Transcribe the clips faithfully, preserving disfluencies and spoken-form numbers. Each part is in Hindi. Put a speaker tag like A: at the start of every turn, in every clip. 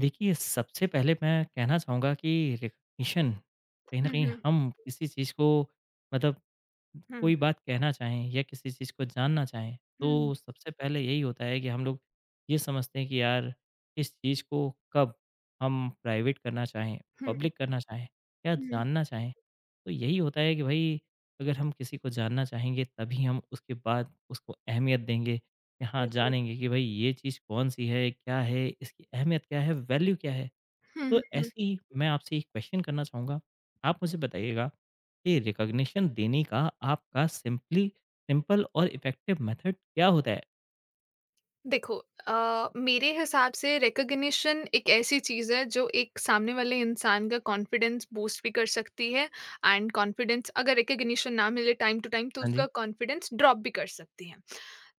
A: देखिए, सबसे पहले मैं कहना चाहूँगा कि रिकग्निशन कहीं न
B: हुँ,
A: कहीं
B: हुँ।
A: हम किसी चीज़ को मतलब
B: हुँ,
A: कोई बात कहना चाहें या किसी चीज़ को जानना चाहें,
B: हुँ,
A: तो सबसे पहले यही होता है कि हम लोग ये समझते हैं कि यार इस चीज़ को कब हम प्राइवेट करना चाहें,
B: हुँ,
A: पब्लिक करना चाहें या
B: हुँ।
A: जानना चाहें। तो यही होता है कि भई अगर हम किसी को जानना चाहेंगे तभी हम उसके बाद उसको अहमियत देंगे। यहाँ
B: बिल्कुल।
A: जानेंगे कि भई ये चीज़ कौन-सी है, क्या है, इसकी अहमियत क्या है, वैल्यू क्या है?
B: हुँ,
A: तो
B: हुँ, हुँ।
A: ऐसे ही मैं आपसे एक क्वेश्चन करना चाहूँगा। आप मुझे बताइएगा कि रिकॉग्निशन देने का आपका सिंपली सिंपल और इफ़ेक्टिव मेथड क्या होता है?
B: देखो अ, मेरे हिसाब से रिकॉग्निशन एक ऐसी चीज़ है जो एक सामने वाले इंसान का कॉन्फिडेंस बूस्ट भी कर सकती है एंड कॉन्फिडेंस अगर रिकॉग्निशन ना मिले टाइम टू टाइम तो
A: हाँ
B: उसका
A: जी,
B: कॉन्फिडेंस ड्रॉप भी कर सकती है।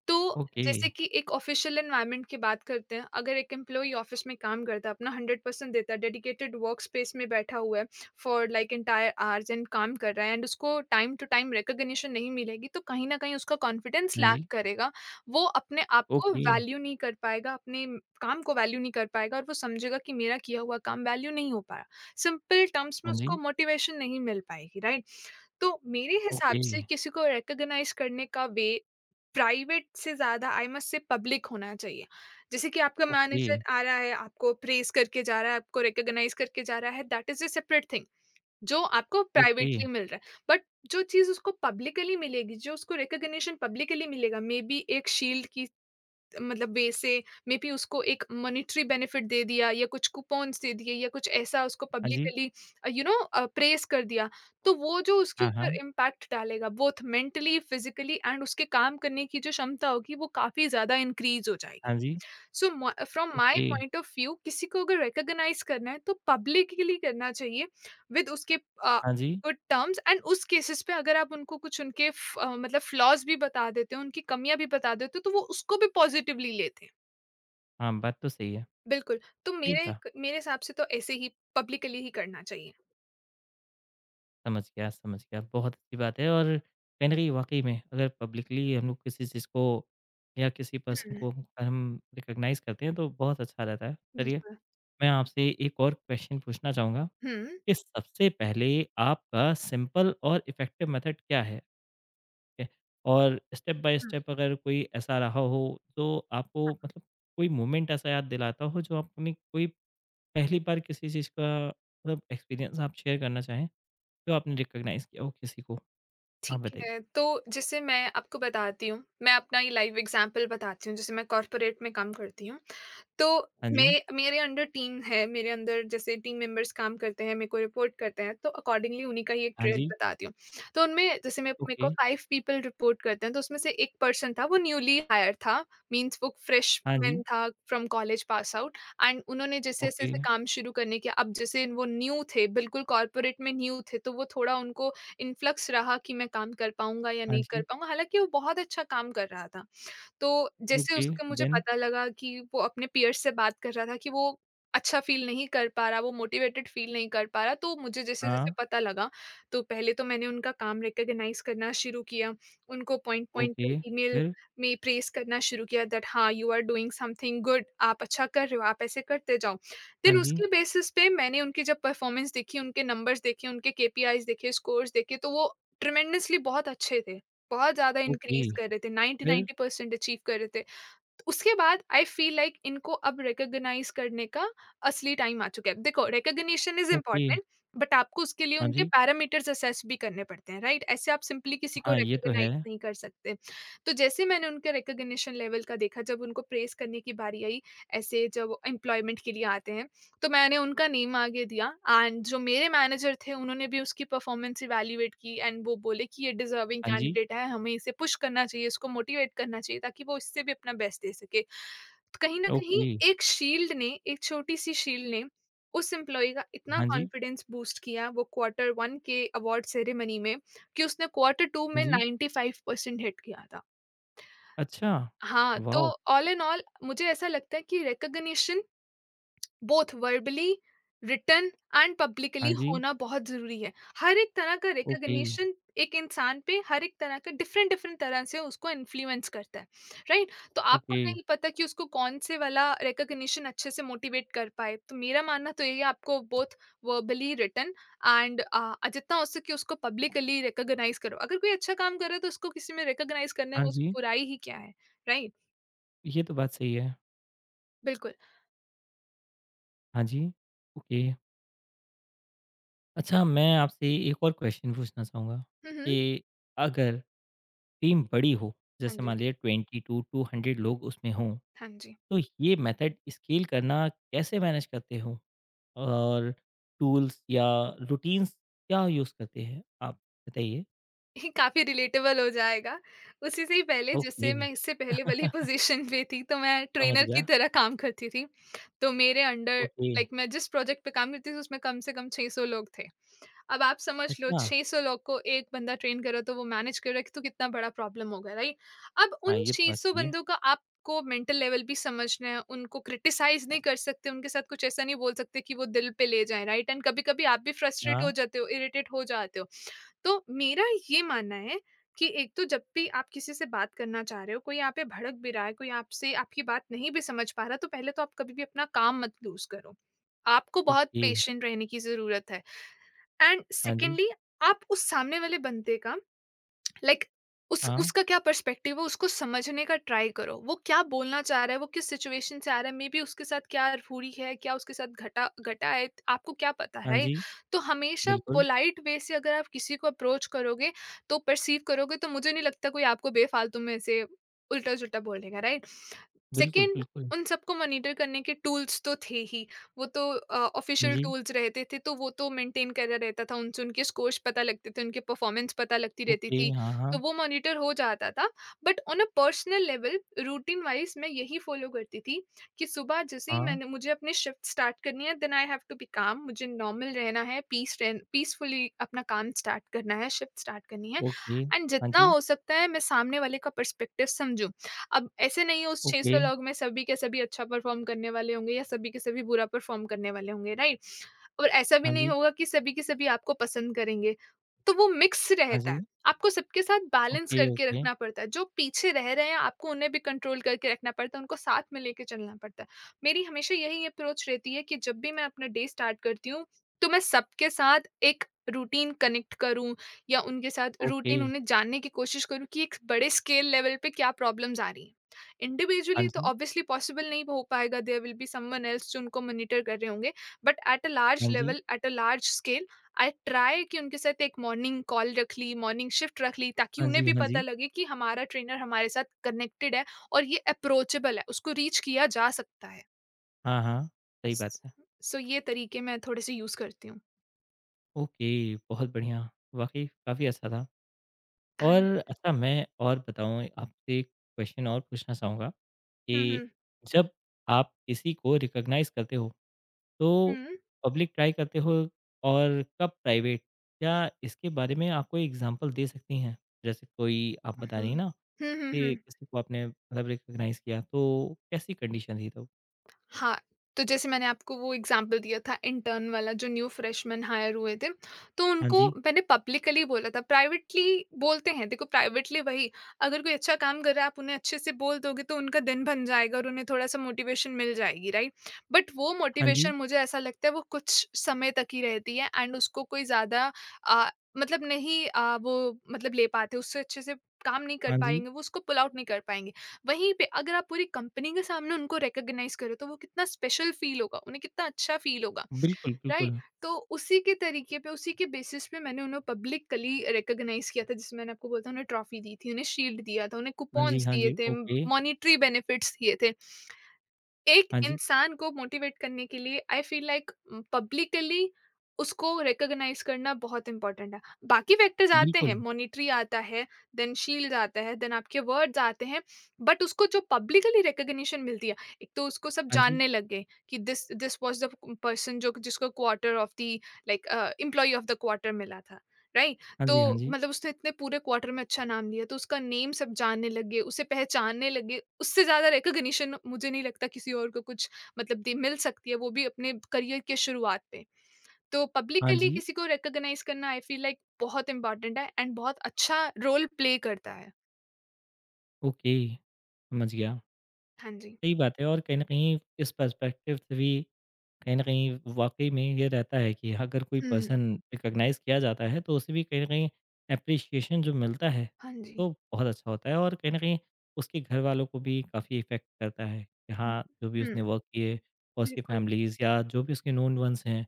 B: तो
A: ओके।
B: जैसे कि एक ऑफिशियल एनवायरनमेंट की बात करते हैं, अगर एक एम्प्लॉय ऑफिस में काम करता है, अपना हंड्रेड परसेंट देता है, डेडिकेटेड वर्क स्पेस में बैठा हुआ है, for like entire hours and काम कर रहा है एंड उसको टाइम टू टाइम रिकॉग्निशन नहीं मिलेगी, तो कहीं ना कहीं उसका कॉन्फिडेंस
A: हाँ
B: लैक
A: जी,
B: करेगा। वो अपने आप को
A: ओके।
B: वैल्यू नहीं कर पाएगा, अपने म- काम को वैल्यू नहीं कर पाएगा और वो समझेगा कि मेरा किया हुआ काम वैल्यू नहीं हो पाया। सिंपल टर्म्स में
A: हाँ जी,
B: उसको मोटिवेशन नहीं मिल पाएगी, राइट? तो मेरे हिसाब
A: ओके,
B: से किसी को रिकॉग्नाइज़ करने का वे प्राइवेट से ज़्यादा आई मस्ट से पब्लिक होना चाहिए। जैसे कि आपका
A: ओके,
B: मैनेजर आ रहा है, आपको प्रेज़ करके जा रहा है, आपको रिकॉग्नाइज़ करके जा रहा है, that is a separate thing, जो आपको
A: ओके।
B: प्राइवेटली मिल रहा है। बट जो चीज़ उसको पब्लिकली मिलेगी, जो उसको रिकॉग्निशन पब्लिकली मिलेगा, मे बी एक शील्ड की, मतलब वे से, मे बी उसको एक मॉनेटरी बेनिफिट दे दिया या कुछ कूपन्स दे दिए या कुछ ऐसा उसको
A: हाँ जी,
B: पब्लिकली, यू नो, प्रेज़ कर दिया, तो वो जो उसके
A: हाँ,
B: ऊपर
A: हाँ।
B: इम्पैक्ट डालेगा बोथ मेंटली, फिज़िकली एंड उसके काम करने की जो क्षमता होगी वो काफ़ी ज़्यादा इंक्रीज़ हो जाएगी।
A: हाँ जी,
B: so from my
A: okay.
B: Point of view किसी को अगर रिकॉग्नाइज करना है तो पब्लिकली करना चाहिए विद उसके
A: हाँ जी,
B: गुड टर्म्स। एंड उस केसेस पे अगर आप उनको कुछ उनके फ- अ, मतलब फ्लॉज भी बता देते हो, उनकी कमियां भी बता देते हो, तो वो उसको भी पॉजिटिवली लेते हैं।
A: हाँ, बात तो सही है।
B: बिल्कुल। तो मेरे
A: ठीक है।
B: मेरे हिसाब से तो ऐसे ही पब्लिकली ही करना चाहिए।
A: समझ गया, समझ गया। बहुत अच्छी बात है और कहीं न कहीं वाक़ई में अगर पब्लिकली हम लोग किसी चीज़ को या किसी पर्सन
B: हम्म,
A: को अगर हम रिकॉग्नाइज़ करते हैं तो बहुत अच्छा रहता है। चलिए,
B: बिल्कुल।
A: मैं आपसे एक और क्वेश्चन पूछना चाहूँगा
B: हम्म।
A: कि सबसे पहले आपका सिंपल और इफ़ेक्टिव मेथड क्या है? ठीक है? और स्टेप बाय
B: हम्म,
A: स्टेप अगर कोई ऐसा रहा हो तो आपको मतलब कोई मोमेंट ऐसा याद दिलाता हो जो आपने कोई पहली बार किसी चीज़ का मतलब एक्सपीरियंस आप शेयर करना चाहें, जो आपने रिकॉग्नाइज़ किया हो किसी को? आप
B: ठीक
A: बताइए।
B: है। तो जैसे मैं आपको बताती हूँ, मैं अपना ये लाइव एग्जांपल बताती हूँ। जैसे मैं कॉरपोरेट में काम करती हूँ, तो
A: हाँ जी,
B: मैं मेरे अंडर टीम है, मेरे अंदर जैसे टीम मेंबर्स काम करते हैं, मेरे को रिपोर्ट करते हैं, तो अकॉर्डिंगली उन्हीं का ही एक
A: हाँ
B: ट्रेड
A: जी,
B: बताती हूँ। तो उनमें जैसे मे मेरे
A: ओके,
B: को फ़ाइव पीपल रिपोर्ट करते हैं, तो उसमें से एक पर्सन था, वो न्यूली हायर था, मीन्स वो
A: हाँ
B: फ्रेशमैन
A: जी,
B: था from college pass out. And उन्होंने
A: ओके,
B: जैसे-जैसे काम शुरू करने किया, अब जैसे वो न्यू थे, बिल्कुल कॉर्पोरेट में न्यू थे, तो वो थोड़ा उनको इन्फ्लक्स रहा कि मैं काम कर पाऊँगा या
A: हाँ
B: नहीं कर
A: जी,
B: पाऊँगा, हालाँकि वो बहुत अच्छा काम कर रहा था। तो जैसे
A: ओके,
B: उसका मुझे
A: देन
B: पता लगा कि वो अपने पीयर्स से बात कर रहा था कि वो अच्छा फ़ील नहीं कर पा रहा, वो मोटिवेटेड फ़ील नहीं कर पा रहा, तो मुझे जैसे-जैसे
A: हाँ,
B: पता लगा, तो पहले तो मैंने उनका काम रिकॉग्नाइज़ करना शुरू किया। उनको पॉइंट-पॉइंट
A: ओके,
B: पे ईमेल
A: फिर
B: में प्रेज़ करना शुरू किया दैट हाँ, you are doing something good, आप अच्छा कर रहे हो, आप ऐसे करते जाओ।
A: हाँ
B: देन
A: जी,
B: उसके बेसिस पे मैंने उनकी जब परफ़ॉर्मेंस देखी, उनके नंबर्स देखे, उनके केपीआईज़ देखे, स्कोर्स देखे, तो वो ट्रेमेंडसली बहुत अच्छे थे। बहुत ज़्यादा
A: ओके,
B: इंक्रीज़ कर रहे थे,
A: फिर
B: नाइंटी-नाइंटी परसेंट अचीव कर रहे थे। तो उसके बाद आई फ़ील लाइक इनको अब रिकॉग्नाइज़ करने का असली टाइम आ चुका है। देखो recognition is
A: okay,
B: important, but आपको उसके लिए
A: हाँ
B: उनके
A: जी,
B: पैरामीटर्स असेस भी करने पड़ते हैं, राइट? ऐसे आप सिंपली किसी को
A: हाँ, ये तो है,
B: रिकॉग्नाइज़ नहीं कर सकते। तो जैसे मैंने उनके रिकॉग्निशन लेवल का देखा, जब उनको प्रेज़ करने की बारी आई, ऐसे जब एम्प्लॉयमेंट के लिए आते हैं, तो मैंने उनका नेम आगे दिया एंड जो मेरे मैनेजर थे उन्होंने भी उसकी परफॉर्मेंस इवैल्यूएट की एंड वो बोले कि ये डिजर्विंग
A: हाँ जी,
B: कैंडिडेट है, हमें इसे पुश करना चाहिए, इसको मोटिवेट करना चाहिए ताकि वो इससे भी अपना बेस्ट दे सके। तो कहीं ना कहीं
A: ओके,
B: एक शील्ड ने, एक छोटी सी शील्ड ने उस एम्प्लॉय का इतना
A: हाँ जी,
B: कॉन्फिडेंस बूस्ट किया वो क्वार्टर वन के अवार्ड सेरेमनी में, कि उसने क्वार्टर टू
A: हाँ
B: में
A: जी,
B: ninety five percent five percent hit किया था।
A: अच्छा,
B: हाँ, तो
A: वॉव!
B: ऑल एंड ऑल मुझे ऐसा लगता है कि recognition both verbally, written and
A: हाँ
B: पब्लिकली
A: जी,
B: होना बहुत ज़रूरी है। हर एक तरह का
A: ओके,
B: रिकॉग्निशन एक इंसान पे हर एक तरह का डिफ़रेंट-डिफ़रेंट तरह से उसको इन्फ्लुएंस करता है, राइट? तो आपको
A: ओके,
B: नहीं पता कि उसको कौन-से वाला रिकॉग्निशन अच्छे से मोटिवेट कर पाए। तो मेरा मानना तो यही है, आपको both verbally, written and uh, जितना हो सके उसको पब्लिकली रिकॉग्नाइज़ करो। अगर कोई अच्छा काम कर रहा है तो उसको किसी में रिकॉग्नाइज़ करने
A: हाँ
B: में उस
A: जी,
B: बुराई ही क्या है, राइट?
A: ये तो बात सही है,
B: बिल्कुल।
A: हाँ जी, ओके। अच्छा मैं आपसे एक और क्वेश्चन पूछना चाहूँगा
B: हुँ, हुँ।
A: कि अगर टीम बड़ी हो,
B: हाँ
A: जैसे
B: जी,
A: मान लीजिए ट्वेंटी टू टू हंड्रेड लोग उसमें हों
B: हाँ जी।
A: तो ये मेथड स्केल करना कैसे मैनेज करते हो? और टूल्स या रूटीन्स क्या यूज़ करते हैं आप? बताइए।
B: काफ़ी रिलेटेबल हो जाएगा। उसी से ही पहले
A: ओके।
B: जिससे मैं इससे पहले वाली पोज़ीशन पे थी, तो मैं
A: समझ
B: ट्रेनर की
A: गया।
B: तरह काम करती थी। तो मेरे अंडर,
A: ओके।
B: लाइक, मैं जिस प्रोजेक्ट पे काम करती थी, उसमें कम से कम छह सौ लोग थे। अब आप समझ लो
A: अच्छा।
B: छह सौ लोग को एक बंदा ट्रेन कर रहा है, तो वो मैनेज कर रहा है, तो कितना बड़ा प्रॉब्लम होगा, राइट? अब
A: हाँ,
B: उन
A: ये तो बात
B: सिक्स हंड्रेड
A: सही है।
B: बंदों का आपको मेंटल लेवल भी समझना है, उनको क्रिटिसाइज़ नहीं कर सकते, उनके साथ कुछ ऐसा नहीं बोल सकते कि वो दिल पे ले जाएँ, राइट? एंड कभी-कभी आप भी फ्रस्ट्रेट
A: हाँ,
B: हो जाते हो, इरिटेट हो जाते हो। तो मेरा ये मानना है कि एक तो जब भी आप किसी से बात करना चाह रहे हो, कोई आप पे भड़क भी रहा है, कोई आपसे आपकी बात नहीं भी समझ पा रहा, तो पहले तो आप कभी भी अपना काम मत लूज़ करो। आपको बहुत
A: ओके।
B: पेशेंट रहने की ज़रूरत है। एंड
A: हाँ जी।
B: सेकेंडली आप उस सामने वाले बंदे का, लाइक, उस
A: हाँ।
B: उसका क्या पर्सपेक्टिव है उसको समझने का ट्राई करो, वो क्या बोलना चाह रहा है, वो किस सिचुएशन से आ रहा है, मे बी उसके साथ क्या रूढ़ी है, क्या उसके साथ घटा घटा है, आपको क्या पता,
A: हाँ
B: राइट?
A: जी।
B: तो हमेशा
A: बिल्कुल।
B: पोलाइट वे से अगर आप किसी को अप्रोच करोगे, तो परसीव करोगे, तो मुझे नहीं लगता कोई आपको बेफालतू में से उल्टा जुल्टा बोलेगा, राइट?
A: बिल्कुल,
B: सेकंड,
A: बिल्कुल।
B: उन सबको मॉनिटर करने के टूल्स तो थे ही। वो तो
A: हाँ
B: ऑफिशियल
A: जी।
B: टूल्स रहते थे, तो वो तो मेंटेन करा रहता था, उनसे उनके स्कोर्स पता लगते थे, उनके परफॉर्मेंस पता लगती रहती
A: ओके।
B: थी।
A: हाँ,
B: तो
A: हाँ।
B: वो मॉनिटर हो जाता था। But on a personal level, routine wise मैं यही फॉलो करती थी कि सुबह जैसे ही
A: हाँ।
B: मैंने, मुझे अपनी शिफ्ट स्टार्ट करनी है, then I have to be calm, मुझे नॉर्मल रहना है, पीस पीसफुली अपना काम स्टार्ट करना है, शिफ्ट स्टार्ट करनी है।
A: ओके।
B: एंड
A: हाँ
B: जितना
A: जी।
B: हो सकता है मैं सामने वाले का पर्सपेक्टिव समझूं। अब ऐसे नहीं है उस
A: ओके।
B: सिक्स हंड्रेड लोग में सभी के सभी अच्छा परफॉर्म करने वाले होंगे या सभी के सभी बुरा परफॉर्म करने वाले होंगे, राइट? और ऐसा भी
A: हाँ
B: नहीं
A: जी।
B: होगा कि सभी के सभी आपको पसंद करेंगे। तो वो मिक्स
A: हाँ
B: रहता है।
A: जी।
B: आपको सबके साथ बैलेंस
A: ओके,
B: करके
A: ओके।
B: रखना पड़ता है, जो पीछे रह रहे हैं आपको उन्हें भी कंट्रोल करके रखना पड़ता है, उनको साथ में लेके चलना पड़ता है। मेरी हमेशा यही अप्रोच रहती है कि जब भी मैं अपना डे स्टार्ट करती हूँ, तो मैं सबके साथ एक रूटीन कनेक्ट करूं या उनके साथ
A: ओके।
B: रूटीन उन्हें जानने की कोशिश करूँ कि एक बड़े स्केल लेवल पे क्या प्रॉब्लम्स आ रही हैं।
A: हाँ
B: इंडिविजुअली तो
A: जी।
B: ऑब्वियसली पॉसिबल नहीं हो पाएगा, there will be someone else जो उनको मॉनिटर कर रहे होंगे, बट एट अ लार्ज
A: हाँ जी।
B: Level, at a large scale I try कि उनके साथ एक मॉर्निंग कॉल रख ली, मॉर्निंग शिफ्ट रख ली ताकि
A: हाँ
B: उन्हें
A: जी,
B: भी
A: हाँ
B: पता
A: जी।
B: लगे कि हमारा ट्रेनर हमारे साथ कनेक्टेड है और ये अप्रोचेबल है, उसको रीच किया जा सकता है।
A: हाँ, हाँ। सही बात
B: स
A: है।
B: सो ये तरीके मैं थोड़े से यूज़ करती हूँ।
A: ओके, बहुत बढ़िया। वाक़ई काफ़ी अच्छा था।
B: हाँ
A: और
B: जी।
A: अच्छा मैं और बताऊँ आपसे एक क्वेश्चन और पूछना चाहूँगा
B: हुँ,
A: कि
B: हुँ।
A: जब आप किसी को रिकॉग्नाइज़ करते हो, तो
B: हुँ।
A: पब्लिक ट्राई करते हो और कब प्राइवेट? क्या इसके बारे में आप कोई एग्ज़ाम्पल दे सकती हैं? जैसे कोई आप बता
B: हुँ।
A: रही हैं ना
B: हुँ, हुँ, हुँ।
A: कि किसी को आपने मतलब रिकॉग्नाइज़ किया, तो कैसी कंडीशन थी तब?
B: हाँ, तो जैसे मैंने आपको वो एग्ज़ाम्पल दिया था इंटर्न वाला, जो न्यू फ्रेशमैन हायर हुए थे, तो
A: हाँ
B: उनको
A: जी,
B: मैंने पब्लिकली बोला था। प्राइवेटली बोलते हैं, देखो, प्राइवेटली वही, अगर कोई अच्छा काम कर रहा है आप उन्हें अच्छे से बोल दोगे तो उनका दिन बन जाएगा और उन्हें थोड़ा-सा मोटिवेशन मिल जाएगी, राइट? बट वो
A: हाँ जी,
B: मोटिवेशन मुझे ऐसा लगता है वो कुछ समय तक ही रहती है एंड उसको कोई ज़्यादा अ, मतलब नहीं अ, वो मतलब ले पाते, उससे अच्छे से काम नहीं कर
A: हाँ जी।
B: पाएँगे, वो उसको पुल आउट नहीं कर पाएँगे। वहीं पे अगर आप पूरी कंपनी के सामने उनको रिकॉग्नाइज करो तो वो कितना स्पेशल फील होगा, उन्हें कितना अच्छा फील होगा,
A: बिल्कुल,
B: राइट?
A: बिल्कुल।
B: तो उसी के तरीके पे, उसी के बेसिस पे मैंने उन्हें पब्लिकली रिकॉग्नाइज किया था जिसमें मैंने आपको बोला था उन्हें ट्रॉफी दी थी, उन्हें शील्ड दिया था, उन्हें
A: हाँ जी,
B: कूपन्स
A: हाँ
B: दिए
A: जी।
B: थे,
A: ओके।
B: मॉनेटरी बेनिफिट्स दिए थे। एक
A: हाँ जी,
B: इंसान को मोटिवेट करने के लिए आई फील लाइक पब्लिकली उसको रिकॉग्नाइज करना बहुत इंपॉर्टेंट है। बाकी फैक्टर्स आते हैं,
A: बिल्कुल।
B: मॉनिटरी आता है, देन शील्ड आता है, देन आपके वर्ड्स आते हैं। बट उसको जो पब्लिकली रिकॉग्निशन मिलती है, एक तो उसको सब
A: हाँ जी।
B: जानने लग गए कि this this was the person जो जिसको quarter of the like employee of the quarter मिला था, राइट?
A: हाँ
B: तो
A: जी, हाँ जी।
B: मतलब उसने इतने पूरे क्वार्टर में अच्छा नाम लिया, तो उसका नेम सब जानने लगे, उसे पहचानने लगे। उससे ज़्यादा रिकॉग्निशन मुझे नहीं लगता किसी और को कुछ मतलब दे मिल सकती है, वो भी अपने करियर के शुरुआत पे। तो
A: हाँ
B: पब्लिकली
A: जी,
B: किसी को रिकॉग्नाइज़ करना आई फील लाइक बहुत इम्पोर्टेंट है एंड बहुत अच्छा रोल प्ले करता है।
A: ओके, समझ गया।
B: हाँ जी।
A: सही बात है और कहीं न कहीं इस पर्सपेक्टिव से भी कहीं न कहीं वाक़ई में ये रहता है कि अगर कोई
B: हुँ,
A: पर्सन रिकॉग्नाइज़ किया जाता है तो उसे भी कहीं न कहीं एप्रिशिएशन जो मिलता है,
B: हाँ जी।
A: तो बहुत अच्छा होता है और कहीं न कहीं उसके घरवालों को भी काफ़ी इफ़ेक्ट करता है कि हाँ, जो भी
B: हुँ,
A: उसने वर्क किए और उसकी
B: बिल्कुल।
A: फैमिलीज़ या जो भी उसके नोन वन्स हैं,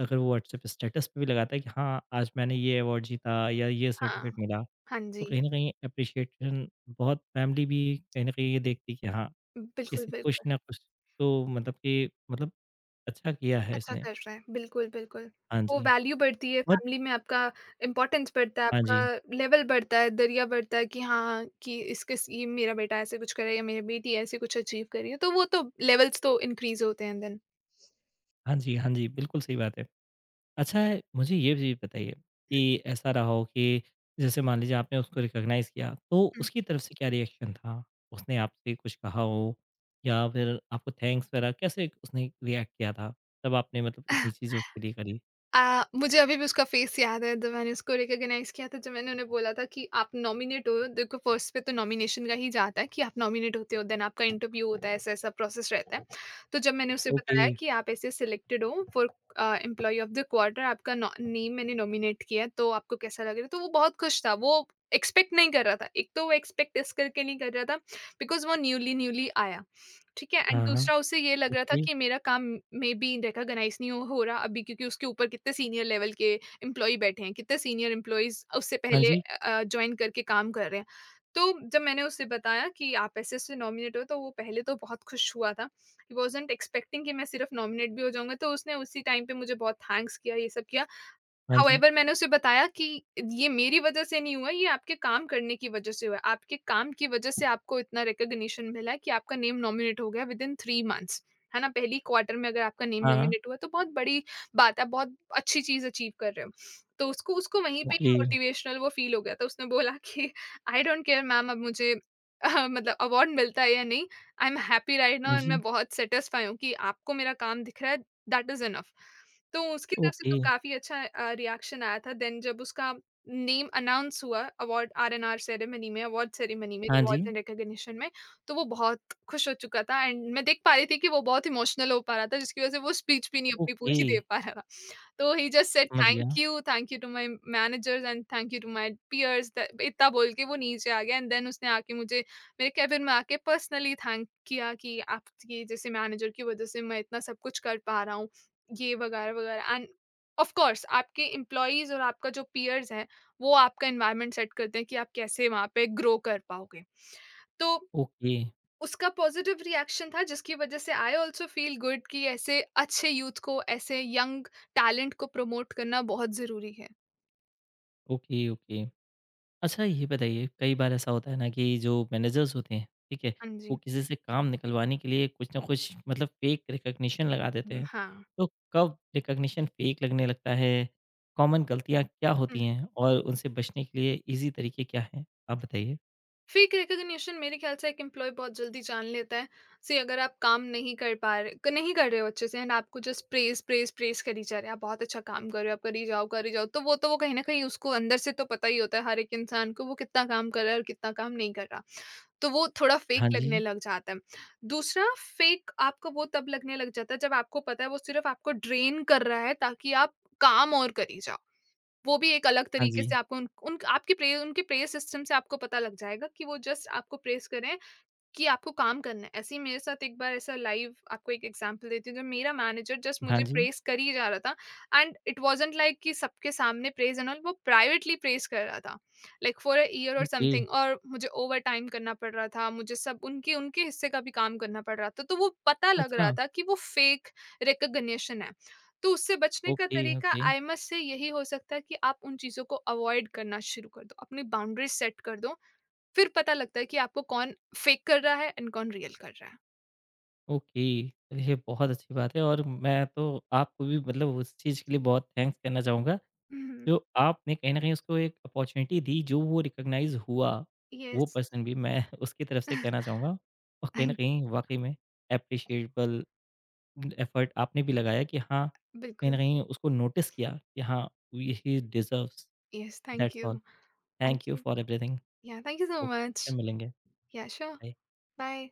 A: अगर वो व्हाट्सएप स्टेटस पे भी लगाता है कि हाँ, आज मैंने ये अवार्ड जीता या ये
B: हाँ,
A: सर्टिफ़िकेट मिला।
B: हाँ
A: तो
B: जी।
A: कहीं न कहीं एप्रिशिएशन बहुत फैमिली भी कहीं न कहीं ये देखती है कि हाँ,
B: बिल्कुल,
A: किसी कुछ
B: बिल्कुल।
A: ना कुछ तो मतलब कि मतलब अच्छा किया है
B: अच्छा
A: इसने।
B: कर रहे हैं, बिल्कुल, बिल्कुल।
A: हाँ
B: वो
A: जी।
B: वैल्यू बढ़ती है,
A: बट
B: फैमिली में आपका इम्पोर्टेंस बढ़ता है,
A: हाँ जी।
B: आपका लेवल बढ़ता है, दरिया बढ़ता है कि हाँ, कि इसके स ये मेरा बेटा ऐसे कुछ करे या मेरी बेटी ऐसे कुछ अचीव कर रही है, तो वो तो लेवल्स तो इंक्रीज़ होते हैं देन।
A: हाँ जी, हाँ जी, बिल्कुल सही बात है। अच्छा है, मुझे ये भी बताइए कि ऐसा रहा हो कि जैसे मान लीजिए आपने उसको रिकॉग्नाइज़ किया, तो उसकी तरफ से क्या रिएक्शन था? उसने आपसे कुछ कहा हो या फिर आपको थैंक्स वगैरह कैसे उसने रिएक्ट किया था? तब आपने मतलब
B: हुँ।
A: इतनी चीज़ें उसके लिए करी?
B: आ, मुझे अभी भी उसका फेस याद है जब मैंने उसको रिकॉग्नाइज किया था जब मैंने उन्हें बोला था कि आप नॉमिनेट हो। देखो फर्स्ट पे तो नॉमिनेशन का ही जाता है कि आप नॉमिनेट होते हो, देन आपका इंटरव्यू होता है, ऐसा ऐसा प्रोसेस रहता है। तो जब मैंने उसे
A: ओके।
B: बताया कि आप ऐसे सिलेक्टेड हो for employee of the quarter, आपका नेम मैंने नॉमिनेट किया है, तो आपको कैसा लग रहा है, तो वो बहुत खुश था। वो एक्सपेक्ट नहीं कर रहा था। एक तो वो एक्सपेक्ट इस करके नहीं कर रहा था बिकॉज वो न्यूली न्यूली आया, ठीक है, एंड
A: हाँ, हाँ।
B: दूसरा उसे ये लग रहा था
A: ओके।
B: कि मेरा काम मे बी रिकॉग्नाइज नहीं हो हो रहा अभी, क्योंकि उसके ऊपर कितने सीनियर लेवल के एम्प्लॉय बैठे हैं, कितने सीनियर एम्प्लॉयज उससे
A: हाँ
B: पहले
A: जी,
B: ज्वाइन करके काम कर रहे हैं। तो जब मैंने उससे बताया कि आप ऐसे ऐसे नॉमिनेट हो, तो वो पहले तो बहुत खुश हुआ था। ही वॉजेंट एक्सपेक्टिंग कि मैं सिर्फ नॉमिनेट भी हो जाऊंगा, तो उसने उसी टाइम पे मुझे बहुत थैंक्स किया, ये सब किया।
A: हाँ जी।
B: हाउएवर मैंने उसे बताया कि ये मेरी वज़ह से नहीं हुआ, ये आपके काम करने की वज़ह से हुआ है। आपके काम की वज़ह से आपको इतना रिकॉग्निशन मिला है कि आपका नेम नॉमिनेट हो गया विदिन थ्री मंथ्स, है ना? पहली क्वार्टर में अगर आपका नेम
A: हाँ,
B: नॉमिनेट हुआ, तो बहुत बड़ी बात है, बहुत अच्छी चीज़ अचीव कर रहे हो। तो उसको उसको वहीं पे ही
A: ओके,
B: मोटिवेशनल वो फ़ील हो गया था। उसने बोला कि आई डोंट केयर मैम, अब मुझे अह, मतलब अवार्ड मिलता है या नहीं, I am happy right now, and मैं
A: जी,
B: बहुत सैटिस्फाई हूँ कि आपको मेरा काम दिख रहा है, दैट इज़ इनफ। तो उसकी तरफ से
A: ओके,
B: तो काफ़ी अच्छा अ, रिएक्शन आया था। देन जब उसका नेम अनाउंस हुआ अवार्ड आर-एन-आर सेरेमनी में, अवार्ड सेरेमनी में,
A: हाँ जी,
B: रिवॉर्ड्स एंड रिकॉग्निशन में, तो वो बहुत खुश हो चुका था, एंड मैं देख पा रही थी कि वो बहुत इमोशनल हो पा रहा था, जिसकी वज़ह से वो स्पीच भी नहीं अपनी
A: ओके,
B: पूरी दे पा रहा था। तो ही जस्ट सेड
A: समझ
B: थैंक
A: गया,
B: you, thank you to my managers and thank you to my peers, the इतना बोल के वो नीचे आ गया, एंड देन उसने आके मुझे मेरे केबिन में आके पर्सनली थैंक किया कि आपकी जैसे मैनेजर की वज़ह से मैं इतना सब कुछ कर पा रहा हूँ। ये वगैरह-वगैरह, एंड ऑफ कोर्स आपके एम्प्लॉइज़ और आपका जो पीयर्स है, वो आपका एनवायरनमेंट सेट करते हैं कि आप कैसे वहाँ पे ग्रो कर पाओगे। तो
A: ओके,
B: उसका पॉज़िटिव रिएक्शन था, जिसकी वज़ह से आई ऑल्सो फील गुड कि ऐसे अच्छे यूथ को, ऐसे यंग टैलेंट को प्रमोट करना बहुत ज़रूरी है।
A: Okay, okay. अच्छा ये बताइए, कई बार ऐसा होता है ना कि जो मैनेजर्स होते हैं, ठीक है?
B: हाँ
A: वो
B: जी।
A: किसी से काम निकलवाने के लिए कुछ ना कुछ मतलब फेक रिकॉग्निशन लगा देते
B: हुँ,
A: हैं।
B: हाँ।
A: तो कब रिकॉग्निशन फेक लगने लगता है? कॉमन गलतियाँ क्या होती हैं? और उनसे बचने के लिए ईज़ी तरीके क्या हैं? आप बताइए।
B: फेक रिकॉग्निशन मेरे ख्याल से एक एम्प्लॉय बहुत जल्दी जान लेता है। सी, अगर आप काम नहीं कर पा रहे क- नहीं कर रहे हो अच्छे से, एंड आपको जस्ट प्रेज प्रेज प्रेज करी जा रहे हैं, आप बहुत अच्छा काम कर रहे हो, आप करी जाओ करी जाओ, तो वो तो वो कहीं ना कहीं उसको अंदर से तो पता ही होता है हर एक इंसान को वो कितना काम कर रहा है और कितना काम नहीं कर रहा, तो वो थोड़ा फेक
A: हाँ जी,
B: लगने लग जाता है। दूसरा, फेक आपको वो तब लगने लग जाता है जब आपको पता है वो सिर्फ आपको ड्रेन कर रहा है ताकि आप काम और करी जाओ। वो भी एक अलग
A: हाँ
B: तरीके
A: जी,
B: से आपको उन उन आपकी प्रे उनके प्रेयर सिस्टम से आपको पता लग जाएगा कि वो जस्ट आपको प्रेस करें कि आपको काम करना है। ऐसे ही मेरे साथ एक बार ऐसा लाइव आपको एक एग्ज़ाम्पल देती हूँ, जब मेरा मैनेजर जस्ट
A: हाँ
B: मुझे
A: जी,
B: प्रेज़ कर ही जा रहा था, एंड इट वाज़न्ट लाइक कि सबके सामने प्रेज़ एंड ऑल, वो प्राइवेटली प्रेज़ कर रहा था, लाइक फॉर अ ईयर और
A: ओके,
B: समथिंग, और मुझे ओवरटाइम करना पड़ रहा था, मुझे सब उनके उनके हिस्से का भी काम करना पड़ रहा था, तो वो पता लग रहा
A: अच्छा,
B: था कि वो फेक रिकॉग्निशन है। तो उससे बचने का
A: ओके,
B: तरीका
A: ओके।
B: आई मस्ट से यही हो सकता है कि आप उन चीज़ों को अवॉइड करना शुरू कर दो, अपनी बाउंड्रीज़ सेट कर दो, फिर पता लगता है कि आपको कौन फेक कर रहा है एंड कौन रियल कर रहा है।
A: ओके, चलिए बहुत अच्छी बात है और मैं तो आपको भी मतलब उस चीज़ के लिए बहुत थैंक्स कहना चाहूँगा,
B: हुँ,
A: जो आपने कहीं न कहीं उसको एक अपॉर्च्युनिटी दी, जो वो रिकॉग्नाइज़ हुआ, वो
B: यस
A: पर्सन भी मैं उसकी तरफ से कहना चाहूँगा और कहीं न
B: थैंक
A: कहीं वाक़ई में एप्रिशिएबल एफर्ट आपने भी लगाया कि हाँ, कहीं न
B: बिल्कुल,
A: कहीं उसको नोटिस किया कि हाँ, he deserves
B: yes thank
A: that's all.
B: You, thank
A: thank you
B: you.
A: For everything.
B: Yeah thank you so
A: okay,
B: much.
A: फिर मिलेंगे।
B: या श्योर,
A: बाय।
B: बाय।